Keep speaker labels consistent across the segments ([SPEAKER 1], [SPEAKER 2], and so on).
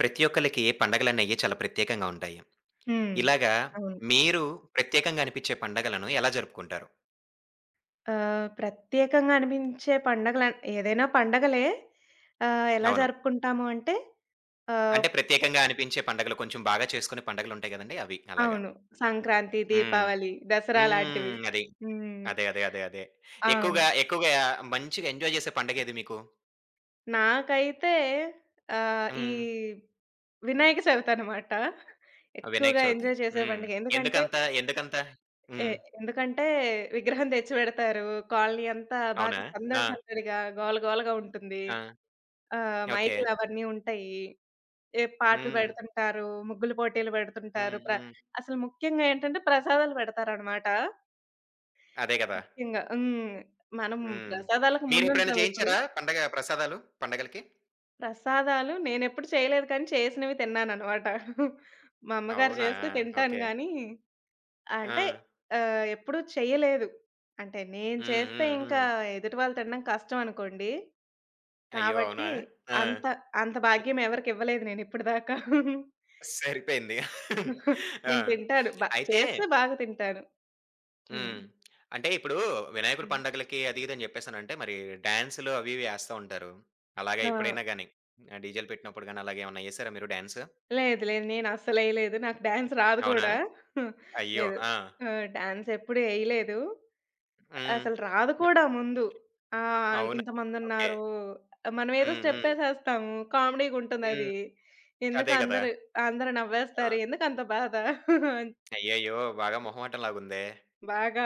[SPEAKER 1] ప్రతి ఒక్కళ్ళకి ఏ పండగలన్నయ్యి చాలా ప్రత్యేకంగా ఉంటాయి.
[SPEAKER 2] హ్మ్.
[SPEAKER 1] ఇలాగా
[SPEAKER 2] అవును.
[SPEAKER 1] మీరు ప్రత్యేకంగా అనిపించే పండగలను ఎలా జరుపుకుంటారు?
[SPEAKER 2] ప్రత్యేకంగా అనిపించే పండగల ఏదైనా పండగలే ఎలా
[SPEAKER 1] అవును.
[SPEAKER 2] జరుపుకుంటాము అంటే ఆహ్,
[SPEAKER 1] అంటే ప్రత్యేకంగా అనిపించే పండగలు కొంచెం బాగా చేసుకునే పండగలుంటాయి గదండీ! అవి. అలాగా.
[SPEAKER 2] అవును. సంక్రాంతి,
[SPEAKER 1] హ్మ్.
[SPEAKER 2] దీపావళి, దసరా లాంటివి.
[SPEAKER 1] హ్మ్. అది.
[SPEAKER 2] హ్మ్.
[SPEAKER 1] అదే.
[SPEAKER 2] అవును.
[SPEAKER 1] ఎక్కువగా, ఎక్కువగా మంచిగా ఎంజాయ్ జేసే పండగేది మీకు?
[SPEAKER 2] నాకైతే ఈ
[SPEAKER 1] హ్మ్.
[SPEAKER 2] వినాయక చవితి అనమాట.
[SPEAKER 1] వినాయక
[SPEAKER 2] ఎక్కువగా
[SPEAKER 1] చవితి.
[SPEAKER 2] ఎంజాయ్ చేసే
[SPEAKER 1] హ్మ్.
[SPEAKER 2] పండుగ. ఎందుకంటే
[SPEAKER 1] ఎందుకంత? ఎందుకంత?
[SPEAKER 2] ఎ
[SPEAKER 1] హ్మ్.
[SPEAKER 2] ఎందుకంటే విగ్రహం తెచ్చిపెడతారు. కాలనీ అంతా బాగా
[SPEAKER 1] అవునా?
[SPEAKER 2] సందడి
[SPEAKER 1] ఆ!
[SPEAKER 2] సందడిగా, గోల గోలగా ఉంటుంది.
[SPEAKER 1] ఆ! ఓకే.
[SPEAKER 2] మైకులవన్నీ ఉంటాయి. ఏ పాటలు
[SPEAKER 1] హ్మ్.
[SPEAKER 2] పెడుతుంటారు, ముగ్గుల పోటీలు పెడుతుంటారు.
[SPEAKER 1] హ్మ్. హ్మ్.
[SPEAKER 2] అసలు ముఖ్యంగా ఏంటంటే ప్రసాదాలు పెడతారనమాట.
[SPEAKER 1] అదే గదా!
[SPEAKER 2] ముఖ్యంగా. హ్మ్. మనం
[SPEAKER 1] హ్మ్.
[SPEAKER 2] ప్రసాదాలకు
[SPEAKER 1] మీరెప్పుడైనా
[SPEAKER 2] ముందుంటాం ఇప్పుడు.
[SPEAKER 1] చేయించారా పండగ ప్రసాదాలు పండగలకి?
[SPEAKER 2] ప్రసాదాలు నేనెప్పుడు చేయలేదు కానీ చేసినవి తిన్నాననమాట. మా అమ్మగారు
[SPEAKER 1] అవునా?
[SPEAKER 2] చేస్తే తింటాను
[SPEAKER 1] ఓకే.
[SPEAKER 2] గానీ
[SPEAKER 1] ఆ!
[SPEAKER 2] అంటే ఎప్పుడూ చెయ్యలేదు. అంటే నేను
[SPEAKER 1] హ్మ్.
[SPEAKER 2] చేస్తే
[SPEAKER 1] హ్మ్.
[SPEAKER 2] ఇంకా
[SPEAKER 1] హ్మ్.
[SPEAKER 2] ఎదుటి వాళ్ళు తినడం కష్టం అనుకోండి.
[SPEAKER 1] అయ్యో!
[SPEAKER 2] కాబట్టి
[SPEAKER 1] అవునా? ఆ!
[SPEAKER 2] అంత అంత
[SPEAKER 1] ఇ
[SPEAKER 2] భాగ్యం ఎవరికివ్వలేదు నేనిప్పటిదాకా.
[SPEAKER 1] సరిపోయింది. ఆ!
[SPEAKER 2] నేను తింటాను.
[SPEAKER 1] అయితే
[SPEAKER 2] చేస్తే బాగా తింటాను. హ్మ్.
[SPEAKER 1] హ్మ్. అంటే ఇప్పుడు వినాయకుడి
[SPEAKER 2] హ్మ్.
[SPEAKER 1] పండగలకి అది ఇది అని చెప్పేసనంటే మరి డాన్సులు అవి ఇవి ఏస్తా ఉంటారు. అలాగా
[SPEAKER 2] ఆ!
[SPEAKER 1] ఎప్పుడైనా గాని డీజేలు పెట్టినప్పుడు గాని అలాగేమన్నా ఏసారా మీరు డాన్స్?
[SPEAKER 2] లేదు. లేదు. నేనస్సలెయలేదు. నాకు డాన్స్ రాదు
[SPEAKER 1] అవునా?
[SPEAKER 2] కూడా.
[SPEAKER 1] అయ్యో!
[SPEAKER 2] లేదు.
[SPEAKER 1] ఆ!
[SPEAKER 2] ఆ! డాన్స్ ఎప్పుడు ఎయలేదు.
[SPEAKER 1] హ్మ్.
[SPEAKER 2] అసలు రాదు కూడా ముందు.
[SPEAKER 1] అవునా? ఓకే.
[SPEAKER 2] ఇంతమందున్నారు. మనమేదో
[SPEAKER 1] హ్మ్. హ్మ్.
[SPEAKER 2] స్టెప్పేసేస్తాము.
[SPEAKER 1] హ్మ్.
[SPEAKER 2] కామెడీగుంటుందది.
[SPEAKER 1] అదే గదా!
[SPEAKER 2] అందరూ అందరూ
[SPEAKER 1] ఆ!
[SPEAKER 2] నవ్వేస్తారు. ఎందుకంత బాధ? అంతే.
[SPEAKER 1] అయ్యయ్యో! బాగా మొహమాటం లాగుందే.
[SPEAKER 2] బాగా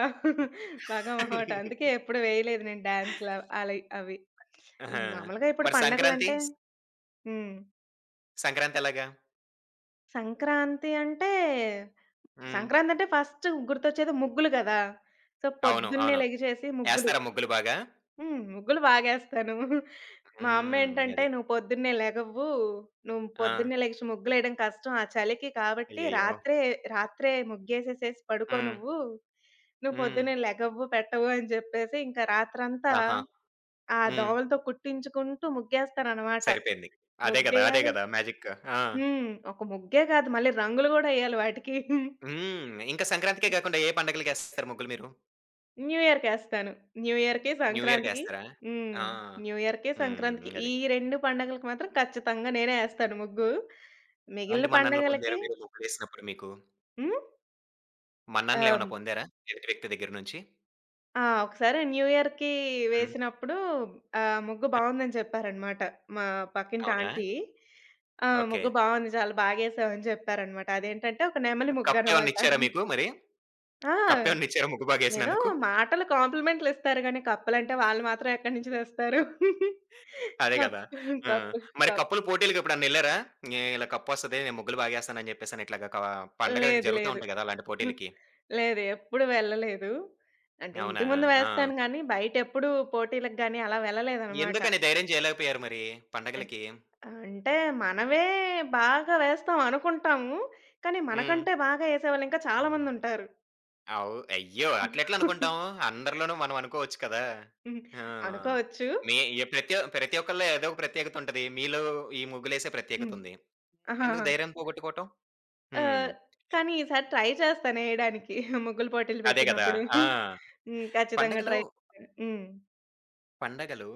[SPEAKER 2] బాగా మొహమాట. అందుకే ఎప్పుడు వేయలేదు నేను డాన్స్‌లు అలై అవి.
[SPEAKER 1] ఆహా!
[SPEAKER 2] మామూలుగా ఇప్పుడు
[SPEAKER 1] మరి సంక్రాంతి?
[SPEAKER 2] పండగలంటే హ్మ్.
[SPEAKER 1] సంక్రాంతి ఎలాగా?
[SPEAKER 2] సంక్రాంతి అంటే
[SPEAKER 1] హ్మ్.
[SPEAKER 2] సంక్రాంతంటే ఫస్ట్ గుర్తొచ్చేది ముగ్గులు గదా! సో,
[SPEAKER 1] అవును.
[SPEAKER 2] పొద్దున్నే
[SPEAKER 1] అవును.
[SPEAKER 2] లెగిచేసి ముగ్గులు.
[SPEAKER 1] ఎస్తారా ముగ్గులు బాగా?
[SPEAKER 2] హ్మ్. ముగ్గులు బాగేస్తాను. మా
[SPEAKER 1] హ్మ్.
[SPEAKER 2] అమ్మేంటంటే,
[SPEAKER 1] అది.
[SPEAKER 2] "నువ్వు పొద్దున్నే లెగవ్వు. నువ్వు
[SPEAKER 1] ఆ!
[SPEAKER 2] పొద్దున్నే లెగిచి ముగ్గులేయడం కష్టం ఆ చలికి. కాబట్టి
[SPEAKER 1] అయ్యయ్యో!
[SPEAKER 2] రాత్రే రాత్రే ముగ్గేసేసేసి పడుకో
[SPEAKER 1] హ్మ్.
[SPEAKER 2] నువ్వు. నువ్వు
[SPEAKER 1] హ్మ్.
[SPEAKER 2] పొద్దున్నే లెగవ్వు, పెట్టవు" అని జెప్పేసి ఇంకా రాత్రంతా
[SPEAKER 1] ఆహా!
[SPEAKER 2] ఆ
[SPEAKER 1] హ్మ్.
[SPEAKER 2] దోమలతో కుట్టించుకుంటూ ముగ్గేస్తాననమాట.
[SPEAKER 1] సరిపోయింది. అదే గదా! అదే
[SPEAKER 2] ముగ్గేయాలి
[SPEAKER 1] గదా! మ్యాజిక్. ఆ!
[SPEAKER 2] హ్మ్. ఒక ముగ్గే కాదు మళ్ళీ రంగులు గూడా ఎయ్యాలి వాటికి.
[SPEAKER 1] హ్మ్. ఇంకా సంక్రాంతికే కాకుండా ఏ పండగలకేస్తారు ముగ్గులు మీరు?
[SPEAKER 2] న్యూ ఇయర్‌కేస్తాను. న్యూ ఇయర్‌కి,
[SPEAKER 1] న్యూ
[SPEAKER 2] సంక్రాంతికి
[SPEAKER 1] ఇయర్‌కేస్తారా?
[SPEAKER 2] హ్మ్.
[SPEAKER 1] ఆ!
[SPEAKER 2] న్యూ ఇయర్‌కి, సంక్రాంతికి
[SPEAKER 1] హ్మ్.
[SPEAKER 2] ఈ
[SPEAKER 1] అది.
[SPEAKER 2] 2 పండగలకి మాత్రం ఖచ్చితంగా నేనే ఏస్తాను ముగ్గు. మిగిలిన
[SPEAKER 1] ఎలాంటి మన్ననలు
[SPEAKER 2] పండగలకి
[SPEAKER 1] పొందారు మీరు ముగ్గులేసినప్పుడు మీకు?
[SPEAKER 2] హ్మ్.
[SPEAKER 1] మన్ననలేమన్నా
[SPEAKER 2] ఆహ్,
[SPEAKER 1] పొందారా ఎదుటి వ్యక్తి దగ్గర నుంచి?
[SPEAKER 2] ఆ! ఒకసారి న్యూ ఇయర్‌కి
[SPEAKER 1] హ్మ్.
[SPEAKER 2] వేసినప్పుడు ముగ్గు బావుందని చెప్పారనమాట. మా పక్కింటి
[SPEAKER 1] అవునా?
[SPEAKER 2] ఆంటీ. ఆ!
[SPEAKER 1] ఓకే.
[SPEAKER 2] ముగ్గు బావుంది. చాలా బాగేసావు అని చెప్పారనమాట. అదేంటంటే ఒక నెమలి
[SPEAKER 1] కప్పేమన్నా
[SPEAKER 2] ముగ్గనమాట.
[SPEAKER 1] ఇచ్చారా మీకు మరి?
[SPEAKER 2] ఆ!
[SPEAKER 1] కప్పేమన్నా ఇచ్చారా ముగ్గు
[SPEAKER 2] ఏదో
[SPEAKER 1] బాగేసినందుకు?
[SPEAKER 2] మాటలు కాంప్లిమెంట్లు ఇస్తారు గానీ, కప్పులంటే వాళ్ళు మాత్రం ఎక్కడి నుంచి తెస్తారు?
[SPEAKER 1] అదే
[SPEAKER 2] కప్
[SPEAKER 1] కదా! ఆ!
[SPEAKER 2] కప్
[SPEAKER 1] మరి
[SPEAKER 2] కప్
[SPEAKER 1] కప్పుల పోటీలకెప్పుడన్నా ఎళ్లారా? "నే ఇలా కప్పొస్తది. నేను ముగ్గులు బాగేస్తానని" చెప్పేసని ఇట్లాగా కా పండగలకి
[SPEAKER 2] లేదు.
[SPEAKER 1] జరుగుతా
[SPEAKER 2] లేదు.
[SPEAKER 1] ఉంటాయి గదా! అలాంటి పోటీలకి.
[SPEAKER 2] లేదు. ఎప్పుడు వెళ్ళలేదు. అంటే ఇంటి
[SPEAKER 1] అవునా?
[SPEAKER 2] ముందు
[SPEAKER 1] ఆ!
[SPEAKER 2] వేస్తాను గానీ, బయటెప్పుడు పోటీలకు గానీ అలా వెళ్ళలేదనమాట.
[SPEAKER 1] ఎందుకని ధైర్యం చేయలేకపోయారు మరి
[SPEAKER 2] అన్
[SPEAKER 1] పండగలకి?
[SPEAKER 2] అంటే మనవే బాగా వేస్తాం అనుకుంటాము. కానీ,
[SPEAKER 1] హ్మ్.
[SPEAKER 2] మనకంటే బాగా ఏసేవాళ్ళింకా చాలా మందుంటారు.
[SPEAKER 1] అయ్యో! అట్లెట్లా
[SPEAKER 2] హ్మ్.
[SPEAKER 1] అనుకుంటాం? అందరిలోనూ మనం అనుకోవచ్చు కదా! ఆ!
[SPEAKER 2] అనుకోవచ్చు.
[SPEAKER 1] మీ ఎ ప్రతి ప్రతి ఒక్కళ్ళలో ఏదో ఒక ప్రత్యేకతుంటది. మీలో ఈ ముగ్గులేసే
[SPEAKER 2] హ్మ్.
[SPEAKER 1] ప్రత్యేకతుంది. ఎందుకు
[SPEAKER 2] ఆహాహా!
[SPEAKER 1] ధైర్యం పోగొట్టుకోవటం? హ్మ్.
[SPEAKER 2] ఆహ్, కానీ ఈసారి ట్రై చేస్తాను ఎయడానికి. ముగ్గులు పోటీలు
[SPEAKER 1] అదే గదా!
[SPEAKER 2] పెట్టినప్పుడు.
[SPEAKER 1] ఆ!
[SPEAKER 2] హ్మ్. ఖచ్చితంగా
[SPEAKER 1] పండగలు
[SPEAKER 2] ట్రై చేస్తాను. హ్మ్.
[SPEAKER 1] పండగలు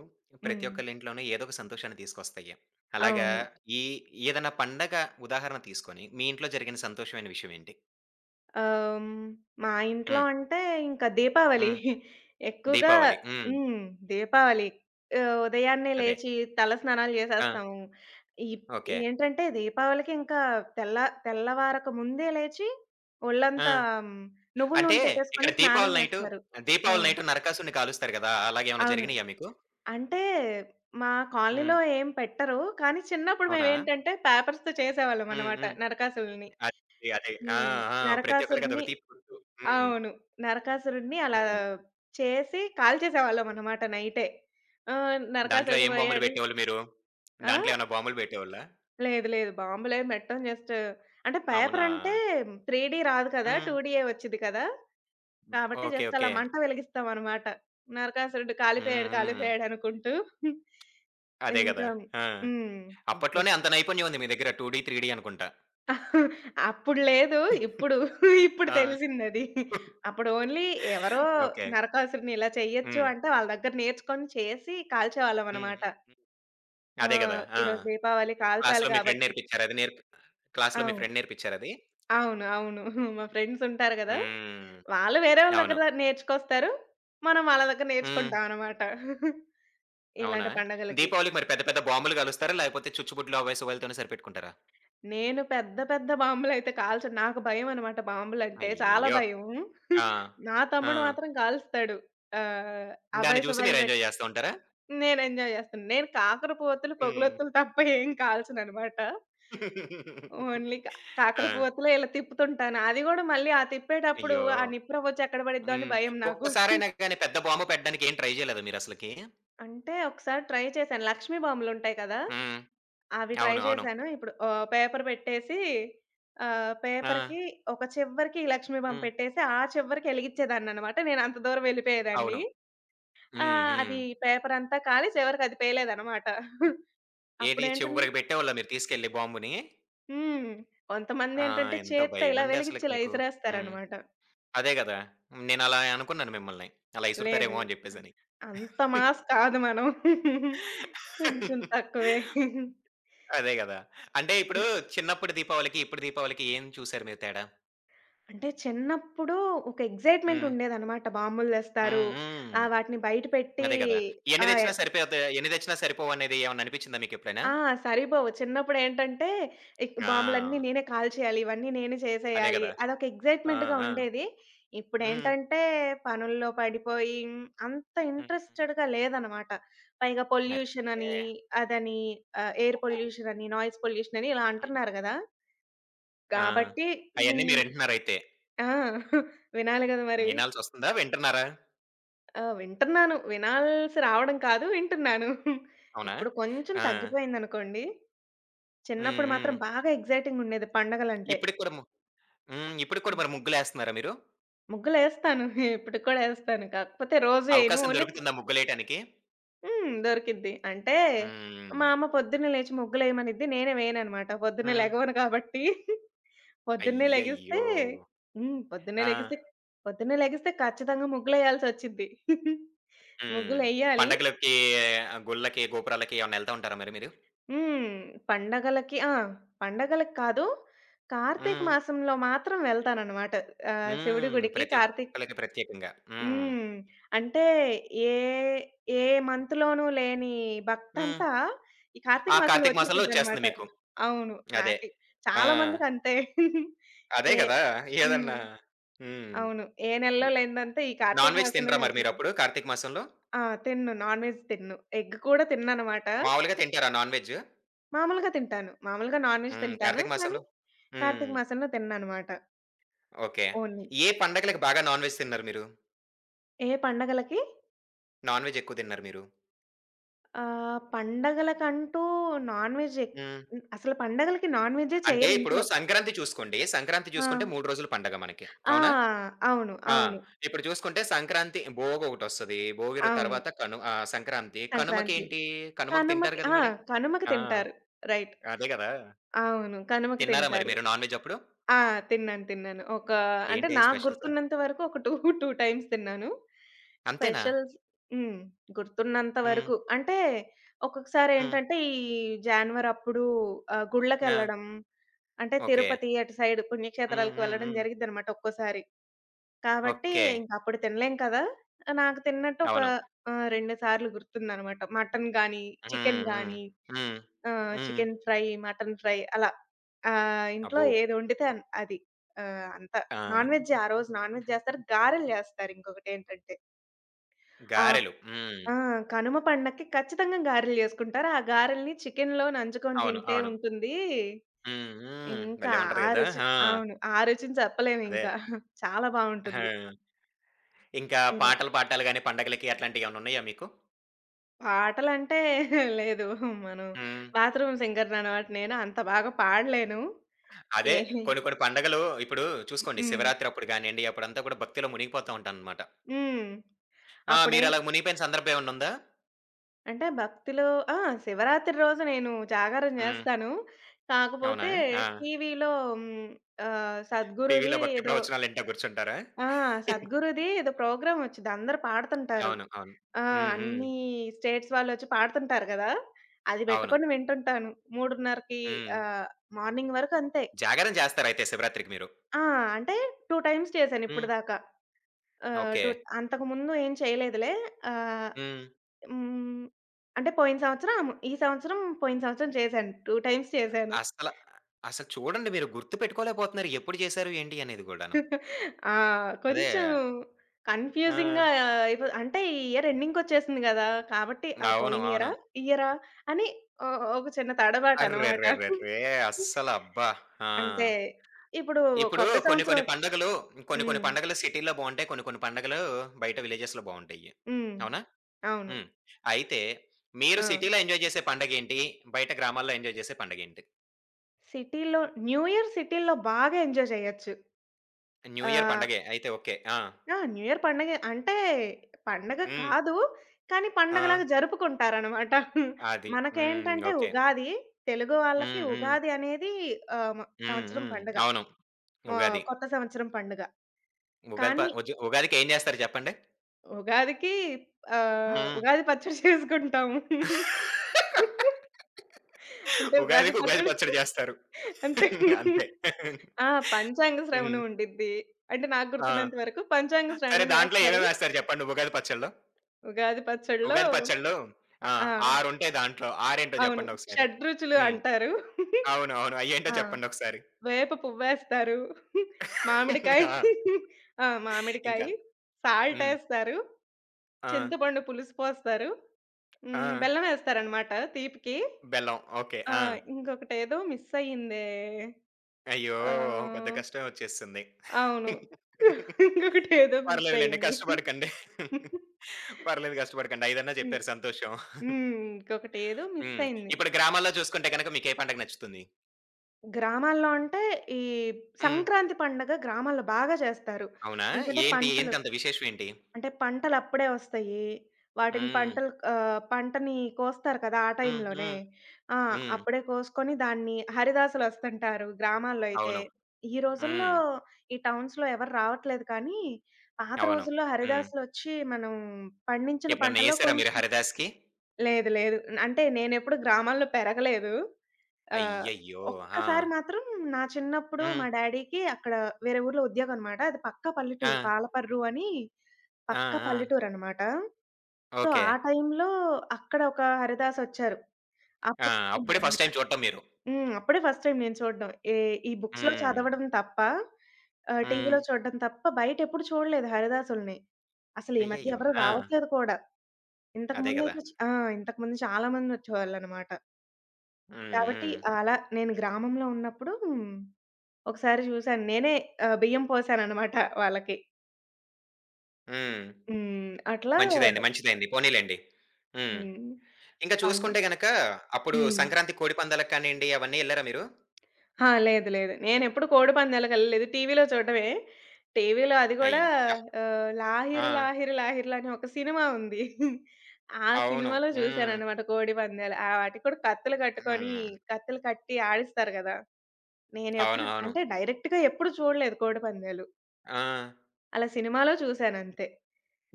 [SPEAKER 1] ప్రతి
[SPEAKER 2] హ్మ్.
[SPEAKER 1] ఒక్కళ్ళ ఇంట్లోనూ ఏదో ఒక సంతోషాన్ని తీసుకొస్తాయి. అలాగా
[SPEAKER 2] అవును.
[SPEAKER 1] ఈ ఏదైనా పండగ ఉదాహరణ తీసుకొని, మీ ఇంట్లో జరిగిన సంతోషమైన విషయం ఏంటి?
[SPEAKER 2] ఆహ్, హ్మ్. మా ఇంట్లో
[SPEAKER 1] హ్మ్.
[SPEAKER 2] అంటే ఇంకా దీపావళి.
[SPEAKER 1] హ్మ్.
[SPEAKER 2] ఎక్కువగా
[SPEAKER 1] దీపావళి. హ్మ్.
[SPEAKER 2] హ్మ్. దీపావళి. ఉదయాన్నే
[SPEAKER 1] అదే.
[SPEAKER 2] లేచి తల స్నానాలు
[SPEAKER 1] ఆ!
[SPEAKER 2] చేసేస్తాము. ఇప్
[SPEAKER 1] ఓకే.
[SPEAKER 2] ఏంటంటే దీపావళికి ఇంకా తెల్ల తెల్లవారక ముందే లేచి
[SPEAKER 1] ఆ!
[SPEAKER 2] ఒళ్ళంతా హ్మ్, నువ్వుల
[SPEAKER 1] అంటే
[SPEAKER 2] నూనె పెట్టేసుకొని
[SPEAKER 1] ఇక్కడ
[SPEAKER 2] స్నానం
[SPEAKER 1] దీపావళి నైటు,
[SPEAKER 2] చేస్తారు. ఆ!
[SPEAKER 1] దీపావళి నైటు నరకాసుడిని కాలుస్తారు గదా! అలాగేమన్నా
[SPEAKER 2] అవును.
[SPEAKER 1] జరిగినాయా మీకు?
[SPEAKER 2] అంటే, మా
[SPEAKER 1] హ్మ్.
[SPEAKER 2] కాలనీలో ఏం పెట్టరు. కానీ చిన్నప్పుడు
[SPEAKER 1] అవునా?
[SPEAKER 2] మేమేంటంటే, పేపర్స్‌తో
[SPEAKER 1] హ్మ్.
[SPEAKER 2] చేసేవాళ్ళమనమాట
[SPEAKER 1] హ్మ్.
[SPEAKER 2] నరకాసురుడిని.
[SPEAKER 1] అదే. ఆ!
[SPEAKER 2] హ్మ్.
[SPEAKER 1] ఆ! ప్రతి ఒక్కళ్ళకి
[SPEAKER 2] నరకాసురుడిని
[SPEAKER 1] అదొక తీపి గుర్తు. హ్మ్.
[SPEAKER 2] అవును. నరకాసురుడిని అలా
[SPEAKER 1] హ్మ్.
[SPEAKER 2] చేసి కాల్చేసేవాళ్ళమనమాట నైటే.
[SPEAKER 1] దాంట్లో
[SPEAKER 2] నరకాసురుడు
[SPEAKER 1] ఏం బొమ్మలు
[SPEAKER 2] పోయాడు.
[SPEAKER 1] పెట్టేవాళ్ళు మీరు?
[SPEAKER 2] ఆ!
[SPEAKER 1] దాంట్లో ఏమన్నా బొమ్మలు పెట్టేవాళ్ళా?
[SPEAKER 2] లేదు. లేదు. బాంబులేం పెట్టం. జస్ట్ అంటే
[SPEAKER 1] అవునా?
[SPEAKER 2] పేపరంటే 3D డీ రాదు కదా!
[SPEAKER 1] హ్మ్.
[SPEAKER 2] 2D డీయే వచ్చిద్ది కదా! కాబట్టి
[SPEAKER 1] ఓకే.
[SPEAKER 2] జస్ట్ అలా
[SPEAKER 1] ఓకే.
[SPEAKER 2] మంట వెలిగిస్తామనమాట. నరకాసురుడు కాలిపోయాడు,
[SPEAKER 1] హ్మ్. హ్మ్.
[SPEAKER 2] కాలిపోయాడనుకుంటూ.
[SPEAKER 1] అదే గదా!
[SPEAKER 2] ఇంకా
[SPEAKER 1] ఆ!
[SPEAKER 2] హ్మ్.
[SPEAKER 1] అప్పట్లోనే అంత నైపుణ్యం ఉంది మీ దగ్గర 2 డీ, 3 డీ అనుకుంటా.
[SPEAKER 2] అప్పుడు లేదు. ఇప్పుడు, ఇప్పుడు
[SPEAKER 1] ఆ!
[SPEAKER 2] తెలిసిందది. అప్పుడు ఓన్లీ ఎవరో
[SPEAKER 1] ఓకే.
[SPEAKER 2] నరకాసురుడిని ఇలా చేయొచ్చు
[SPEAKER 1] హ్మ్.
[SPEAKER 2] అంటే వాళ్ళ దగ్గర నేర్చుకొని చేసి
[SPEAKER 1] హ్మ్.
[SPEAKER 2] కాల్చేవాళ్ళమనమాట.
[SPEAKER 1] హ్మ్.
[SPEAKER 2] ఆ!
[SPEAKER 1] అదే గదా! ఆ!
[SPEAKER 2] ఈరోజు దీపావళి కాల్చాలి
[SPEAKER 1] క్లాస్‌లో మీ ఫ్రెండ్
[SPEAKER 2] కాబట్టి.
[SPEAKER 1] నేర్పించారా? అది నేర్ప్ క్లాస్‌లో మీ
[SPEAKER 2] అవును.
[SPEAKER 1] ఫ్రెండ్ నేర్పించారా అది?
[SPEAKER 2] అవును. అవును. మా ఫ్రెండ్స్ ఉంటారు గదా!
[SPEAKER 1] హ్మ్.
[SPEAKER 2] వాళ్ళు వేరే వాళ్ళ
[SPEAKER 1] అవును.
[SPEAKER 2] దగ్గర నేర్చుకొస్తారు. మనం వాళ్ళ దగ్గర
[SPEAKER 1] హ్మ్.
[SPEAKER 2] నేర్చుకుంటామనమాట.
[SPEAKER 1] అవునా?
[SPEAKER 2] ఇలాంటి పండగలకి.
[SPEAKER 1] దీపావళికి మరి పెద్ద పెద్ద బాంబులు కాలుస్తారా? లేకపోతే చుచ్చుబుడ్లు అవేసి వాటితోనే సరిపెట్టుకుంటారా?
[SPEAKER 2] నేను పెద్ద పెద్ద బాంబులైతే కాల్చను. నాకు భయమనమాట బాంబులంటే చాలా
[SPEAKER 1] అయ్యో!
[SPEAKER 2] భయం.
[SPEAKER 1] ఆ!
[SPEAKER 2] నా
[SPEAKER 1] ఆ!
[SPEAKER 2] తమ్ముడు మాత్రం కాలుస్తాడు. ఆహ్, అవాయి
[SPEAKER 1] దాన్ని చూసి
[SPEAKER 2] సవాయిలు
[SPEAKER 1] మీరు
[SPEAKER 2] పెట్టి
[SPEAKER 1] ఎంజాయ్ చేస్తూ ఉంటారా?
[SPEAKER 2] నేను ఎంజాయ్ జేస్తాను. నేను కాకరపువ్వొత్తులు,
[SPEAKER 1] హ్మ్.
[SPEAKER 2] పొగలొత్తులు తప్ప ఏం కాల్చననమాట. ఓన్లీ కా
[SPEAKER 1] ఆ!
[SPEAKER 2] కాకరపువ్వొత్తులే ఇలా తిప్పుతుంటాను. అది గూడా మళ్ళీ ఆ తిప్పేటప్పుడు
[SPEAKER 1] అయ్యో!
[SPEAKER 2] ఆ నిప్పురవ్వొచ్చి ఎక్కడ పడిద్దో అని
[SPEAKER 1] హ్మ్.
[SPEAKER 2] భయం నాకు.
[SPEAKER 1] ఒక్కసారైనా గాని పెద్ద బాంబు పెట్టడానికి ఏం ట్రై జేయలేదా మీరసలకి?
[SPEAKER 2] అంటే ఒకసారి ట్రై చేశాను. లక్ష్మీ బాంబులుంటాయి కదా!
[SPEAKER 1] హ్మ్.
[SPEAKER 2] అవి ట్రై
[SPEAKER 1] అవును. అవును.
[SPEAKER 2] చేశాను. ఇప్పుడు పేపర్ పెట్టేసి
[SPEAKER 1] ఆ!
[SPEAKER 2] పేపర్‌కి ఒక చివరకి లక్ష్మీ బొమ్మ
[SPEAKER 1] హ్మ్.
[SPEAKER 2] పెట్టేసి, ఆ చివరకి ఎలిగిచ్చేదాన్ననమాట. నేను అంత దూరం వెళ్ళిపోయేదాన్ని.
[SPEAKER 1] అవును.
[SPEAKER 2] ఆ!
[SPEAKER 1] హ్మ్. హ్మ్.
[SPEAKER 2] అది పేపరంతా కాలి చివరికి అది పేలేదనమాట.
[SPEAKER 1] ఏది
[SPEAKER 2] అప్పుడేంటం
[SPEAKER 1] చివరికి పెట్టేవాళ్ళా మీరు తీసుకెళ్ళి బాంబుని?
[SPEAKER 2] హ్మ్.
[SPEAKER 1] ఆ!
[SPEAKER 2] కొంతమందేంటంటే
[SPEAKER 1] ఎంత
[SPEAKER 2] చేత్తో ఇలా
[SPEAKER 1] భయమండి
[SPEAKER 2] వెలిగిచ్చి
[SPEAKER 1] అసలకి
[SPEAKER 2] ఇలా
[SPEAKER 1] మీకు. హ్మ్.
[SPEAKER 2] విసిరేస్తారనమాట.
[SPEAKER 1] అదే గదా! నేనలా అనుకున్నాను మిమ్మల్ని. అలా
[SPEAKER 2] లేదు.
[SPEAKER 1] ఇసురుతారేమో అని
[SPEAKER 2] లేదు.
[SPEAKER 1] జెప్పేసని.
[SPEAKER 2] అంత మాస్ కాదు మనం. కొంచెం తక్కువే.
[SPEAKER 1] అదే గదా! అంటే ఇప్పుడు చిన్నప్పుడు దీపావళికి, ఇప్పుడు దీపావళికి ఏం చూసారు మీరు తేడా?
[SPEAKER 2] అంటే చిన్నప్పుడు ఒక ఎక్సైట్‌మెంట్
[SPEAKER 1] హ్మ్.
[SPEAKER 2] ఉండేదనమాట. బాంబులేస్తారు.
[SPEAKER 1] హ్మ్.
[SPEAKER 2] వాటిని బయటపెట్టి
[SPEAKER 1] అదే గదా! ఎన్ని
[SPEAKER 2] ఆ! ఎ
[SPEAKER 1] తెచ్చినా సరిపోతే ఎన్ని తెచ్చినా సరిపోవనేది ఏమన్నా అనిపిచ్చిందా మీకెప్పుడైనా?
[SPEAKER 2] ఆ! సరిపోవు. చిన్నప్పుడేంటంటే, బాంబులన్నీ
[SPEAKER 1] ఆ!
[SPEAKER 2] నేనే కాల్చేయాలి. ఇవన్నీ నేనే
[SPEAKER 1] అదే
[SPEAKER 2] చేసేయాలి.
[SPEAKER 1] గదా!
[SPEAKER 2] అదొక
[SPEAKER 1] ఆ!
[SPEAKER 2] ఎక్సైట్‌మెంట్‌గా
[SPEAKER 1] ఆ!
[SPEAKER 2] ఉండేది.
[SPEAKER 1] హ్మ్.
[SPEAKER 2] ఇప్పుడేంటంటే, పనుల్లో పడిపోయి అంత
[SPEAKER 1] హ్మ్.
[SPEAKER 2] ఇంట్రెస్టెడ్‌గా లేదనమాట. పైగా పొల్యూషన్ అని,
[SPEAKER 1] అరే!
[SPEAKER 2] అదని ఎయిర్
[SPEAKER 1] అబ్బో!
[SPEAKER 2] పొల్యూషన్ అని, నాయిస్ పొల్యూషన్ అని ఇలా
[SPEAKER 1] హ్మ్.
[SPEAKER 2] అంటున్నారు గదా!
[SPEAKER 1] ఆ!
[SPEAKER 2] కాబట్టి
[SPEAKER 1] అయన్నీ
[SPEAKER 2] హ్మ్.
[SPEAKER 1] మీరింటన్నారయితే.
[SPEAKER 2] ఆ! వినాలి గదా మరి.
[SPEAKER 1] ఇనాల్సొస్తుందా? వింటన్నారా?
[SPEAKER 2] ఆ! వింటున్నాను. వినాల్సి రావడం కాదు వింటున్నాను.
[SPEAKER 1] అవునా?
[SPEAKER 2] ఇప్పుడు కొంచెం
[SPEAKER 1] ఆ!
[SPEAKER 2] తగ్గిపోయిందనుకోండి.
[SPEAKER 1] హ్మ్.
[SPEAKER 2] చిన్నప్పుడు మాత్రం
[SPEAKER 1] హ్మ్.
[SPEAKER 2] బాగా ఎక్సైటింగుండేది పండగలంటే.
[SPEAKER 1] ఇప్పటికి కూడా ము హ్మ్. ఇప్పటికి కూడా మరి ముగ్గులేస్తన్నారా మీరు?
[SPEAKER 2] ముగ్గులేస్తాను. ఇప్పటికి కూడా ఏస్తాను. కాకపోతే రోజు ఏయను.
[SPEAKER 1] అవకాశం
[SPEAKER 2] ఓన్లీ
[SPEAKER 1] దొరుకుతుందా ముగ్గులేయటానికి?
[SPEAKER 2] హ్మ్. దొరికిద్ది. అంటే
[SPEAKER 1] హ్మ్.
[SPEAKER 2] మా అమ్మ పొద్దున్నే లేచి ముగ్గులేయమనిద్ది. నేనే వేయననమాట. పొద్దున్నే
[SPEAKER 1] హ్మ్.
[SPEAKER 2] లెగవను కాబట్టి. పొద్దున్నే లెగిస్తే
[SPEAKER 1] అయ్యయ్యో!
[SPEAKER 2] హ్మ్. పొద్దున్నే
[SPEAKER 1] ఆ!
[SPEAKER 2] లెగిస్తే పొద్దున్నే లెగిస్తే ఖచ్చితంగా ముగ్గులేయాల్సొచ్చిద్ది.
[SPEAKER 1] హ్మ్.
[SPEAKER 2] ముగ్గులెయ్యాలి.
[SPEAKER 1] పండగలకి గుళ్ళకి, గోపురాలకి ఏమన్నా యెళ్తా ఉంటారా మరి మీరు?
[SPEAKER 2] హ్మ్. పండగలకి ఆ! పండగలకి కాదు. కార్తీక
[SPEAKER 1] హ్మ్.
[SPEAKER 2] మాసంలో మాత్రం వెళ్తాననమాట. శివుడి
[SPEAKER 1] హ్మ్.
[SPEAKER 2] గుడికి
[SPEAKER 1] ప్రతి
[SPEAKER 2] కార్తీక్
[SPEAKER 1] ఒక్కళ్ళకి ప్రత్యేకంగా. హ్మ్.
[SPEAKER 2] హ్మ్. అంటే ఏ, ఏ మంత్‌లోనూ లేని
[SPEAKER 1] హ్మ్.
[SPEAKER 2] భక్తంతా ఈ కార్తీక
[SPEAKER 1] ఆ
[SPEAKER 2] మాసంలో
[SPEAKER 1] కార్తీక మాసంలో
[SPEAKER 2] వచ్చేసిద్దనమాట.
[SPEAKER 1] వచ్చేస్తుంది మీకు.
[SPEAKER 2] అవును.
[SPEAKER 1] అదే.
[SPEAKER 2] నాకి
[SPEAKER 1] ఆ!
[SPEAKER 2] చాలా మందికంతే.
[SPEAKER 1] అదే
[SPEAKER 2] ఏ
[SPEAKER 1] గదా!
[SPEAKER 2] హ్మ్.
[SPEAKER 1] ఏదన్నా. హ్మ్.
[SPEAKER 2] అవును. ఏ నెలలో లేనిదంతా ఈ కార్తీక
[SPEAKER 1] నాన్ వెజ్ తినరా
[SPEAKER 2] మాసంలోనే
[SPEAKER 1] మరి
[SPEAKER 2] వచ్చేసిద్ది.
[SPEAKER 1] మీరప్పుడు కార్తీక మాసంలో?
[SPEAKER 2] ఆ! తిన్ను. నాన్ వెజ్ తిన్ను. ఎగ్ కూడా తినననమాట.
[SPEAKER 1] మామూలుగా తింటారా నాన్ వెజ్?
[SPEAKER 2] మామూలుగా తింటాను. మామూలుగా నాన్ వెజ్
[SPEAKER 1] హ్మ్.
[SPEAKER 2] తింటాను.
[SPEAKER 1] కార్తీక
[SPEAKER 2] కానీ
[SPEAKER 1] మాసంలో?
[SPEAKER 2] కార్తీక
[SPEAKER 1] హ్మ్.
[SPEAKER 2] మాసంలో తినననమాట
[SPEAKER 1] ఓకే.
[SPEAKER 2] ఓన్లీ.
[SPEAKER 1] ఏ పండగలకి బాగా నాన్ వెజ్ తిన్నారు మీరు?
[SPEAKER 2] ఏ పండగలకి
[SPEAKER 1] నాన్ వెజ్ ఎక్కువ తిన్నారు మీరు?
[SPEAKER 2] పండగలకంటూ నాన్ వెజ్ ఎక్
[SPEAKER 1] హ్మ్.
[SPEAKER 2] హ్మ్. అసలు పండగలకి నాన్ వెజ్జే
[SPEAKER 1] అంటే ఇప్పుడు
[SPEAKER 2] చెయ్యరింట్లో.
[SPEAKER 1] సంక్రాంతి చూసుకోండి. సంక్రాంతి
[SPEAKER 2] ఆ!
[SPEAKER 1] చూసుకుంటే 3 రోజులు పండగ మనకి.
[SPEAKER 2] ఆ!
[SPEAKER 1] అవునా?
[SPEAKER 2] అవును.
[SPEAKER 1] ఆ!
[SPEAKER 2] అవును.
[SPEAKER 1] ఇప్పుడు చూసుకుంటే సంక్రాంతి భోగొకటొస్తది. భోగి రు
[SPEAKER 2] అవును.
[SPEAKER 1] తర్వాత సంక్రాంతి.
[SPEAKER 2] సంక్రాంతి.
[SPEAKER 1] కనుమకేంటి? కనుమకి తింటారు
[SPEAKER 2] కనుమకి
[SPEAKER 1] గదా
[SPEAKER 2] ఆ!
[SPEAKER 1] మరి?
[SPEAKER 2] కనుమకి
[SPEAKER 1] ఆ!
[SPEAKER 2] తింటారు. రైట్.
[SPEAKER 1] అదే గదా!
[SPEAKER 2] అవును. కనుమకి
[SPEAKER 1] తిన్నారా మరి
[SPEAKER 2] తింటారు.
[SPEAKER 1] మీరు నాన్ వెజ్ అప్పుడు?
[SPEAKER 2] ఆ! తిన్నాను. తిన్నాను. ఒక అంటే
[SPEAKER 1] ఏంటి
[SPEAKER 2] నాకు
[SPEAKER 1] స్పెషల్స్?
[SPEAKER 2] గుర్తున్నంత వరకు ఒక 2, 2 టైమ్స్ తిన్నాను.
[SPEAKER 1] అంతేనా?
[SPEAKER 2] స్పెషల్స్ హ్మ్. గుర్తున్నంత
[SPEAKER 1] హ్మ్.
[SPEAKER 2] వరకు. అంటే ఒక్కొక్కసారి
[SPEAKER 1] హ్మ్.
[SPEAKER 2] ఏంటంటే ఈ జాన్వరి అప్పుడు
[SPEAKER 1] ఆ!
[SPEAKER 2] గుళ్ళకెళ్ళడం అంటే
[SPEAKER 1] ఓకే.
[SPEAKER 2] తిరుపతి అటు సైడ్
[SPEAKER 1] హ్మ్.
[SPEAKER 2] పుణ్యక్షేత్రాలకు
[SPEAKER 1] హ్మ్.
[SPEAKER 2] వెళ్ళడం
[SPEAKER 1] హ్మ్.
[SPEAKER 2] జరిగిద్దనమాట ఒక్కోసారి. కాబట్టి
[SPEAKER 1] ఓకే.
[SPEAKER 2] ఇంక అప్పుడు తినలేం కదా! నాకు తిన్నట్టు ఒక
[SPEAKER 1] అవును.
[SPEAKER 2] 2 సార్లు గుర్తుందనమాట. మటన్ గానీ, చికెన్
[SPEAKER 1] హ్మ్. హ్మ్.
[SPEAKER 2] గానీ
[SPEAKER 1] హ్మ్.
[SPEAKER 2] ఆ!
[SPEAKER 1] హ్మ్.
[SPEAKER 2] చికెన్ ఫ్రై, మటన్ ఫ్రై అలా. ఇంట్లో
[SPEAKER 1] అబ్బో!
[SPEAKER 2] ఏది వండితే అది. ఆహ్, అంత
[SPEAKER 1] ఆ!
[SPEAKER 2] నాన్ వెజ్జే ఆ రోజు నాన్ వెజ్ జేస్తారు. గారెలు జేస్తారు ఇంకొకటేంటంటే. ఆహ్,
[SPEAKER 1] గారెలు. హ్మ్.
[SPEAKER 2] ఆ! ఆ, కనుమ పండక్కి ఖచ్చితంగా గారెలు జేసుకుంటారు. ఆ గారెల్ని చికెన్‌లో నంచుకొని
[SPEAKER 1] అవును.
[SPEAKER 2] తింటే
[SPEAKER 1] అవును.
[SPEAKER 2] ఉంటుంది.
[SPEAKER 1] హ్మ్. హ్మ్.
[SPEAKER 2] ఇంకా
[SPEAKER 1] భలే ఉంటది
[SPEAKER 2] ఆ
[SPEAKER 1] గదా!
[SPEAKER 2] రుచి
[SPEAKER 1] ఆ!
[SPEAKER 2] అవును. ఆ రుచిని
[SPEAKER 1] అదే.
[SPEAKER 2] చెప్పలేమింకా. చాలా బావుంటుంది.
[SPEAKER 1] ఆ! ఇంకా
[SPEAKER 2] ఇలా
[SPEAKER 1] పాటలు పాడటాలు గాని పండగలకి అట్లాంటియేమన్నున్నాయా మీకు?
[SPEAKER 2] పాటలంటే లేదు. మనం
[SPEAKER 1] హ్మ్.
[SPEAKER 2] బాత్రూమ్ సింగర్‌ననమాట నేను. అంత బాగా పాడలేను.
[SPEAKER 1] అదే
[SPEAKER 2] ఏ
[SPEAKER 1] కొన్ని కొన్ని పండగలు ఇప్పుడు చూసుకోండి
[SPEAKER 2] హ్మ్.
[SPEAKER 1] శివరాత్రి అప్పుడు గానియండి, అప్పుడంతా కూడా భక్తిలో మునిగిపోతా ఉంటాననమాట.
[SPEAKER 2] హ్మ్.
[SPEAKER 1] ఆ!
[SPEAKER 2] అప్పుడేం
[SPEAKER 1] మీరలా మునిగిపోయిన సందర్భం ఏమన్నుందా?
[SPEAKER 2] అంటే భక్తిలో ఆ! శివరాత్రి రోజు నేను జాగారం
[SPEAKER 1] హ్మ్.
[SPEAKER 2] జేస్తాను.
[SPEAKER 1] అవునా?
[SPEAKER 2] కాకపోతే
[SPEAKER 1] ఆ!
[SPEAKER 2] టీవీలో హ్మ్, సద్గురుది
[SPEAKER 1] టీవీలో భక్తి
[SPEAKER 2] ఏదో
[SPEAKER 1] ప్రవచనాలు ఇంటా కూర్చుంటారా?
[SPEAKER 2] ఆ! సద్గురుది ఏదో ప్రోగ్రామ్ ఒచ్చిద్ది. అందరూ పాడుతుంటారు.
[SPEAKER 1] అవును. అవును.
[SPEAKER 2] ఆ!
[SPEAKER 1] హ్మ్. హ్మ్.
[SPEAKER 2] అన్ని స్టేట్స్ వాళ్ళొచ్చి పాడుతుంటారు గదా! అది
[SPEAKER 1] అవును.
[SPEAKER 2] బెట్టుకొని వింటుంటాను. 3:30కి
[SPEAKER 1] హ్మ్.
[SPEAKER 2] ఆహ్, మార్నింగ్ వరకు అంతే.
[SPEAKER 1] జాగారం చేస్తారయితే శివరాత్రికి మీరు.
[SPEAKER 2] ఆ! అంటే 2 టైమ్స్ చేశాను
[SPEAKER 1] హ్మ్.
[SPEAKER 2] ఇప్పటిదాకా. ఆహ్,
[SPEAKER 1] ఓకే.
[SPEAKER 2] టు అంతకుముందు ఏం చేయలేదులే. ఆహ్,
[SPEAKER 1] హ్మ్.
[SPEAKER 2] హ్మ్. అంటే పోయిన సంవత్సరం, ఈ సంవత్సరం, పోయిన సంవత్సరం చేశాను. 2 టైమ్స్ చేశాను.
[SPEAKER 1] అసల అసలు చూడండి మీరు గుర్తు పెట్టుకోలేకపోతున్నారు. ఎప్పుడు చేశారు? ఏంటి? అనేది గూడాను.
[SPEAKER 2] ఆ!
[SPEAKER 1] అదే.
[SPEAKER 2] కొంచెం
[SPEAKER 1] ఆ!
[SPEAKER 2] కన్‌ఫ్యూజింగ్‌గా అయిపో అంటే ఈ ఇయర్ ఎండింగ్‌కొచ్చేసింది గదా! కాబట్టి ఆ!
[SPEAKER 1] అవును.
[SPEAKER 2] పోయిన
[SPEAKER 1] అవును.
[SPEAKER 2] ఇయరా? ఈ ఇయరా? అని ఒ ఒక చిన్న తడబాటనమాట.
[SPEAKER 1] అర్రెర్రెర్రెరే! అస్సల అబ్బా! ఆ!
[SPEAKER 2] అంటే ఇప్పుడు
[SPEAKER 1] ఇప్పుడు
[SPEAKER 2] కొత్త
[SPEAKER 1] కొన్ని
[SPEAKER 2] సంవత్సరం
[SPEAKER 1] కొన్ని పండగలు, కొన్ని కొన్ని
[SPEAKER 2] హ్మ్.
[SPEAKER 1] పండగలు సిటీ‌లో బావుంటాయి. కొన్ని కొన్ని పండగలు బయట విలేజెస్‌లో బావుంటాయి.
[SPEAKER 2] హ్మ్.
[SPEAKER 1] అవునా?
[SPEAKER 2] అవును.
[SPEAKER 1] హ్మ్. అయితే మీరు
[SPEAKER 2] ఆ!
[SPEAKER 1] సిటీ‌లో ఎంజాయ్ చేసే పండగేంటి? బయట గ్రామాల్లో ఎంజాయ్ చేసే పండగేంటి?
[SPEAKER 2] సిటీలో న్యూ ఇయర్ సిటీల్లో బాగా ఎంజాయ్ చేయొచ్చు.
[SPEAKER 1] న్యూ ఇయర్
[SPEAKER 2] ఆహ్,
[SPEAKER 1] పండగే అయితే ఓకే. ఆ!
[SPEAKER 2] ఆ! న్యూ ఇయర్ పండగే. అంటే పండగ
[SPEAKER 1] హ్మ్.
[SPEAKER 2] కాదు. కానీ
[SPEAKER 1] ఆ!
[SPEAKER 2] పండగలాగా జరుపుకుంటారనమాట.
[SPEAKER 1] అది. హ్మ్.
[SPEAKER 2] మనకేంటంటే
[SPEAKER 1] ఓకే.
[SPEAKER 2] ఉగాది, తెలుగు వాళ్ళకి
[SPEAKER 1] హ్మ్. హ్మ్.
[SPEAKER 2] ఉగాది అనేది ఆహ్, మ
[SPEAKER 1] హ్మ్.
[SPEAKER 2] సంవత్సరం
[SPEAKER 1] హ్మ్.
[SPEAKER 2] పండుగ.
[SPEAKER 1] అవును.
[SPEAKER 2] మా
[SPEAKER 1] ఉగాది.
[SPEAKER 2] కొత్త సంవత్సరం పండుగ.
[SPEAKER 1] ఉగాది ప
[SPEAKER 2] కానీ
[SPEAKER 1] ఉజ ఉగాదికి ఏం చేస్తారు చెప్పండి?
[SPEAKER 2] ఉగాదికి
[SPEAKER 1] హ్మ్.
[SPEAKER 2] ఉగాది పచ్చడి చేసుకుంటాము. అంటే ఉగాది
[SPEAKER 1] ఉగాదికి ఉగాది
[SPEAKER 2] పచ్చడి
[SPEAKER 1] పచ్చడి చేస్తారు.
[SPEAKER 2] అంతే.
[SPEAKER 1] అంతే.
[SPEAKER 2] ఆ! పంచాంగ శ్రవణం
[SPEAKER 1] హ్మ్.
[SPEAKER 2] ఉండిద్ది. అంటే నాకు
[SPEAKER 1] ఆ!
[SPEAKER 2] గుర్తున్నంత వరకు పంచాంగ
[SPEAKER 1] సరే
[SPEAKER 2] శ్రవణం
[SPEAKER 1] దాంట్లో
[SPEAKER 2] జేస్తారు.
[SPEAKER 1] ఏమేమి వేస్తారు చెప్పండి ఉగాది పచ్చడిలో?
[SPEAKER 2] ఉగాది పచ్చడిలో
[SPEAKER 1] ఉగాది పచ్చడిలో ఆ!
[SPEAKER 2] ఆ!
[SPEAKER 1] 6 ఉంటాయి దాంట్లో. ఆరేంటో
[SPEAKER 2] అవును.
[SPEAKER 1] జెప్పండి ఒకసారి?
[SPEAKER 2] షడ్‌రుచులు
[SPEAKER 1] హ్మ్.
[SPEAKER 2] అంటారు.
[SPEAKER 1] అవును. అవును. అయ్యేంటో
[SPEAKER 2] ఆ!
[SPEAKER 1] చెప్పండి ఒకసారి?
[SPEAKER 2] వేప పువ్వేస్తారు. మామిడికాయ
[SPEAKER 1] ఆ!
[SPEAKER 2] ఆ!
[SPEAKER 1] ఇంకా
[SPEAKER 2] మామిడికాయి,
[SPEAKER 1] హ్మ్.
[SPEAKER 2] సాల్టేస్తారు,
[SPEAKER 1] ఆ!
[SPEAKER 2] చింతపండు పులుసు పోస్తారు.
[SPEAKER 1] ఆ!
[SPEAKER 2] హ్మ్. బెల్లమేస్తారనమాట తీపికి.
[SPEAKER 1] బెల్లం. ఓకే.
[SPEAKER 2] ఆ!
[SPEAKER 1] ఆ!
[SPEAKER 2] ఇంకొకటేదో మిస్సయిందే.
[SPEAKER 1] అయ్యో! పెద్ద
[SPEAKER 2] ఆహ్,
[SPEAKER 1] కష్టమే వచ్చేసింది.
[SPEAKER 2] అవును. ఇంకొకటేదో
[SPEAKER 1] పర్లేదులెండి.
[SPEAKER 2] మిస్సయింది.
[SPEAKER 1] కష్టపడకండి. పర్లేదు కష్టపడకండి. ఐదన్నా
[SPEAKER 2] హ్మ్.
[SPEAKER 1] చెప్పారు సంతోషం.
[SPEAKER 2] హ్మ్. ఇంకొకటేదో
[SPEAKER 1] హ్మ్.
[SPEAKER 2] మిస్సయింది.
[SPEAKER 1] ఇప్పుడు గ్రామాల్లో చూసుకుంటే గనక మీకే పండగ నచ్చుతుంది?
[SPEAKER 2] గ్రామాల్లో అంటే, ఈ
[SPEAKER 1] హ్మ్.
[SPEAKER 2] సంక్రాంతి పండగ గ్రామాల్లో బాగా చేస్తారు.
[SPEAKER 1] అవునా?
[SPEAKER 2] ఎందుకంటే
[SPEAKER 1] ఏంటి?
[SPEAKER 2] పంటలు
[SPEAKER 1] ఏంటంత విశేషం ఏంటి?
[SPEAKER 2] అంటే పంటలప్పుడే వస్తాయి. వాటిని
[SPEAKER 1] హ్మ్.
[SPEAKER 2] పంటలు పంటని కోస్తారు కదా! ఆ
[SPEAKER 1] హ్మ్.
[SPEAKER 2] టైంలోనే.
[SPEAKER 1] హ్మ్.
[SPEAKER 2] ఆ!
[SPEAKER 1] హ్మ్.
[SPEAKER 2] అప్పుడే కోసుకొని దాన్ని హరిదాసులొస్తుంటారు గ్రామాల్లో అయితే.
[SPEAKER 1] అవును.
[SPEAKER 2] ఈ రోజుల్లో
[SPEAKER 1] హ్మ్.
[SPEAKER 2] ఈ టౌన్స్‌లో ఎవరు రావట్లేదు కానీ, పాత
[SPEAKER 1] అవును.
[SPEAKER 2] రోజుల్లో
[SPEAKER 1] హ్మ్.
[SPEAKER 2] హరిదాసులొచ్చి మనం పండించిన
[SPEAKER 1] ఎప్పుడన్నా
[SPEAKER 2] పంటలో
[SPEAKER 1] ఏసారా మీరు
[SPEAKER 2] కొంచెం
[SPEAKER 1] 'హరిదాస్‌కి'?
[SPEAKER 2] లేదు. లేదు. అంటే నేనెప్పుడు గ్రామాల్లో పెరగలేదు. ఆహ్,
[SPEAKER 1] అయ్యయ్యో! ఆ!
[SPEAKER 2] ఒక్కసారి మాత్రం నా చిన్నప్పుడు
[SPEAKER 1] హ్మ్.
[SPEAKER 2] మా డ్యాడీకి అక్కడ వేరే ఊర్లో ఉద్యోగమనమాట. అది పక్కా పల్లెటూరు.
[SPEAKER 1] ఆ!
[SPEAKER 2] పాలపర్రు అని
[SPEAKER 1] ఆ!
[SPEAKER 2] పక్కా
[SPEAKER 1] ఆ!
[SPEAKER 2] పల్లెటూరనమాట. So,
[SPEAKER 1] okay.
[SPEAKER 2] ఆ టైంలో అక్కడ ఒక హరిదాసొచ్చారు.
[SPEAKER 1] ఆ!
[SPEAKER 2] అప్పుడు
[SPEAKER 1] అప్పుడే ఫస్ట్
[SPEAKER 2] చూసిందనమాట.
[SPEAKER 1] టైమ్ చూడటం మీరు.
[SPEAKER 2] హ్మ్. అప్పుడే ఫస్ట్ టైమ్ నేను చూడడం. ఏ ఈ బుక్స్‌లో
[SPEAKER 1] హ్మ్.
[SPEAKER 2] చదవడం తప్ప,
[SPEAKER 1] హ్మ్.
[SPEAKER 2] టీవీలో చూడడం తప్ప బయటెప్పుడు చూడలేదు హరిదాసుల్ని. అసలు ఈ మధ్య
[SPEAKER 1] అయ్యయ్యో!
[SPEAKER 2] ఎవరు
[SPEAKER 1] ఆ!
[SPEAKER 2] రావట్లేదు కూడా.
[SPEAKER 1] అదే గదా!
[SPEAKER 2] ఇంతకుముందయితే చ్ ఆ! ఇంతకుముందు చాలా మందొచ్చేవాళ్ళనమాట.
[SPEAKER 1] హ్మ్.
[SPEAKER 2] కాబట్టి
[SPEAKER 1] హ్మ్.
[SPEAKER 2] అలా నేను గ్రామంలో ఉన్నప్పుడు ఒకసారి చూసాను. నేనే బియ్యం పోసాననమాట వాళ్ళకి.
[SPEAKER 1] హ్మ్.
[SPEAKER 2] హ్మ్. అట్లా
[SPEAKER 1] మంచిదైంది. పోనీలెండి. హ్మ్.
[SPEAKER 2] హ్మ్.
[SPEAKER 1] ఇంకా
[SPEAKER 2] అవును.
[SPEAKER 1] చూసుకుంటే గనక అప్పుడు
[SPEAKER 2] హ్మ్.
[SPEAKER 1] సంక్రాంతి కోడి పందాలకు కానియండి అవన్నీ ఎళ్లారా మీరు?
[SPEAKER 2] ఆ! లేదు, లేదు. నేనెప్పుడు కోడి పందాలకెళ్ళలేదు. టీవీలో చూడడమే. టీవీలో అది కూడా
[SPEAKER 1] అయ్యా! ఆ!
[SPEAKER 2] 'లాహిరి లాహిరి లాహిరిలో' అని ఒక సినిమా ఉంది. ఆ
[SPEAKER 1] అవును.
[SPEAKER 2] సినిమాలో
[SPEAKER 1] హ్మ్.
[SPEAKER 2] చూసాననమాట కోడి పందాలు. ఆ వాటికి కూడా కత్తులు కట్టుకొని
[SPEAKER 1] హ్మ్.
[SPEAKER 2] కత్తులు కట్టి ఆడిస్తారు గదా!
[SPEAKER 1] అవును.
[SPEAKER 2] నేనెప్పుడు
[SPEAKER 1] అవును.
[SPEAKER 2] అంటే డైరెక్ట్‌గా ఎప్పుడు చూడలేదు కోడిపందాలు.
[SPEAKER 1] ఆ!
[SPEAKER 2] అలా సినిమాలో చూసానంతే.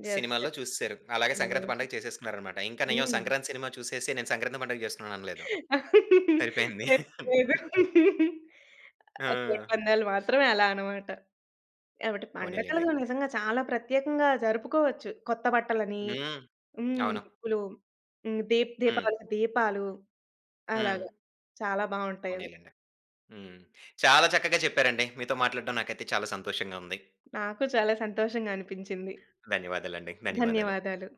[SPEAKER 2] జస్ట్
[SPEAKER 1] సినిమాల్లో చూసేసారు. అలాగే
[SPEAKER 2] సినిమాలో
[SPEAKER 1] సంక్రాంతి
[SPEAKER 2] చూ
[SPEAKER 1] పండగ చేసేసుకున్నారనమాట. ఇంకా నేను
[SPEAKER 2] హ్మ్.
[SPEAKER 1] సంక్రాంతి సినిమా చూసేసి నేను సంక్రాంతి పండగ చేసుకున్నాను అనలేదు. సరిపోయింది.
[SPEAKER 2] లేదు. లేదు. ఆ!
[SPEAKER 1] ఆ!
[SPEAKER 2] కోడిపందాలు మాత్రమే అలా అనమాట. కాబట్టి పండగలు
[SPEAKER 1] పోనీలెండి.
[SPEAKER 2] నిజంగా చాలా ప్రత్యేకంగా జరుపుకోవచ్చు. కొత్త బట్టలని
[SPEAKER 1] హ్మ్.
[SPEAKER 2] హ్మ్.
[SPEAKER 1] అవును.
[SPEAKER 2] ముగ్గులు హ్మ్. దీప్
[SPEAKER 1] హ్మ్.
[SPEAKER 2] దీపావళికి దీపాలు
[SPEAKER 1] హ్మ్.
[SPEAKER 2] అలాగా చాలా బావుంటాయవి.
[SPEAKER 1] పోనీలెండి. హ్మ్. చాలా చక్కగా చెప్పారండి. మీతో మాట్లాడడం నాకైతే చాలా సంతోషంగా ఉంది.
[SPEAKER 2] నాకు చాలా సంతోషంగా అనిపించింది.
[SPEAKER 1] ధన్యవాదాలండి. ధన్యవాదాలు.
[SPEAKER 2] ధన్యవాదాలు.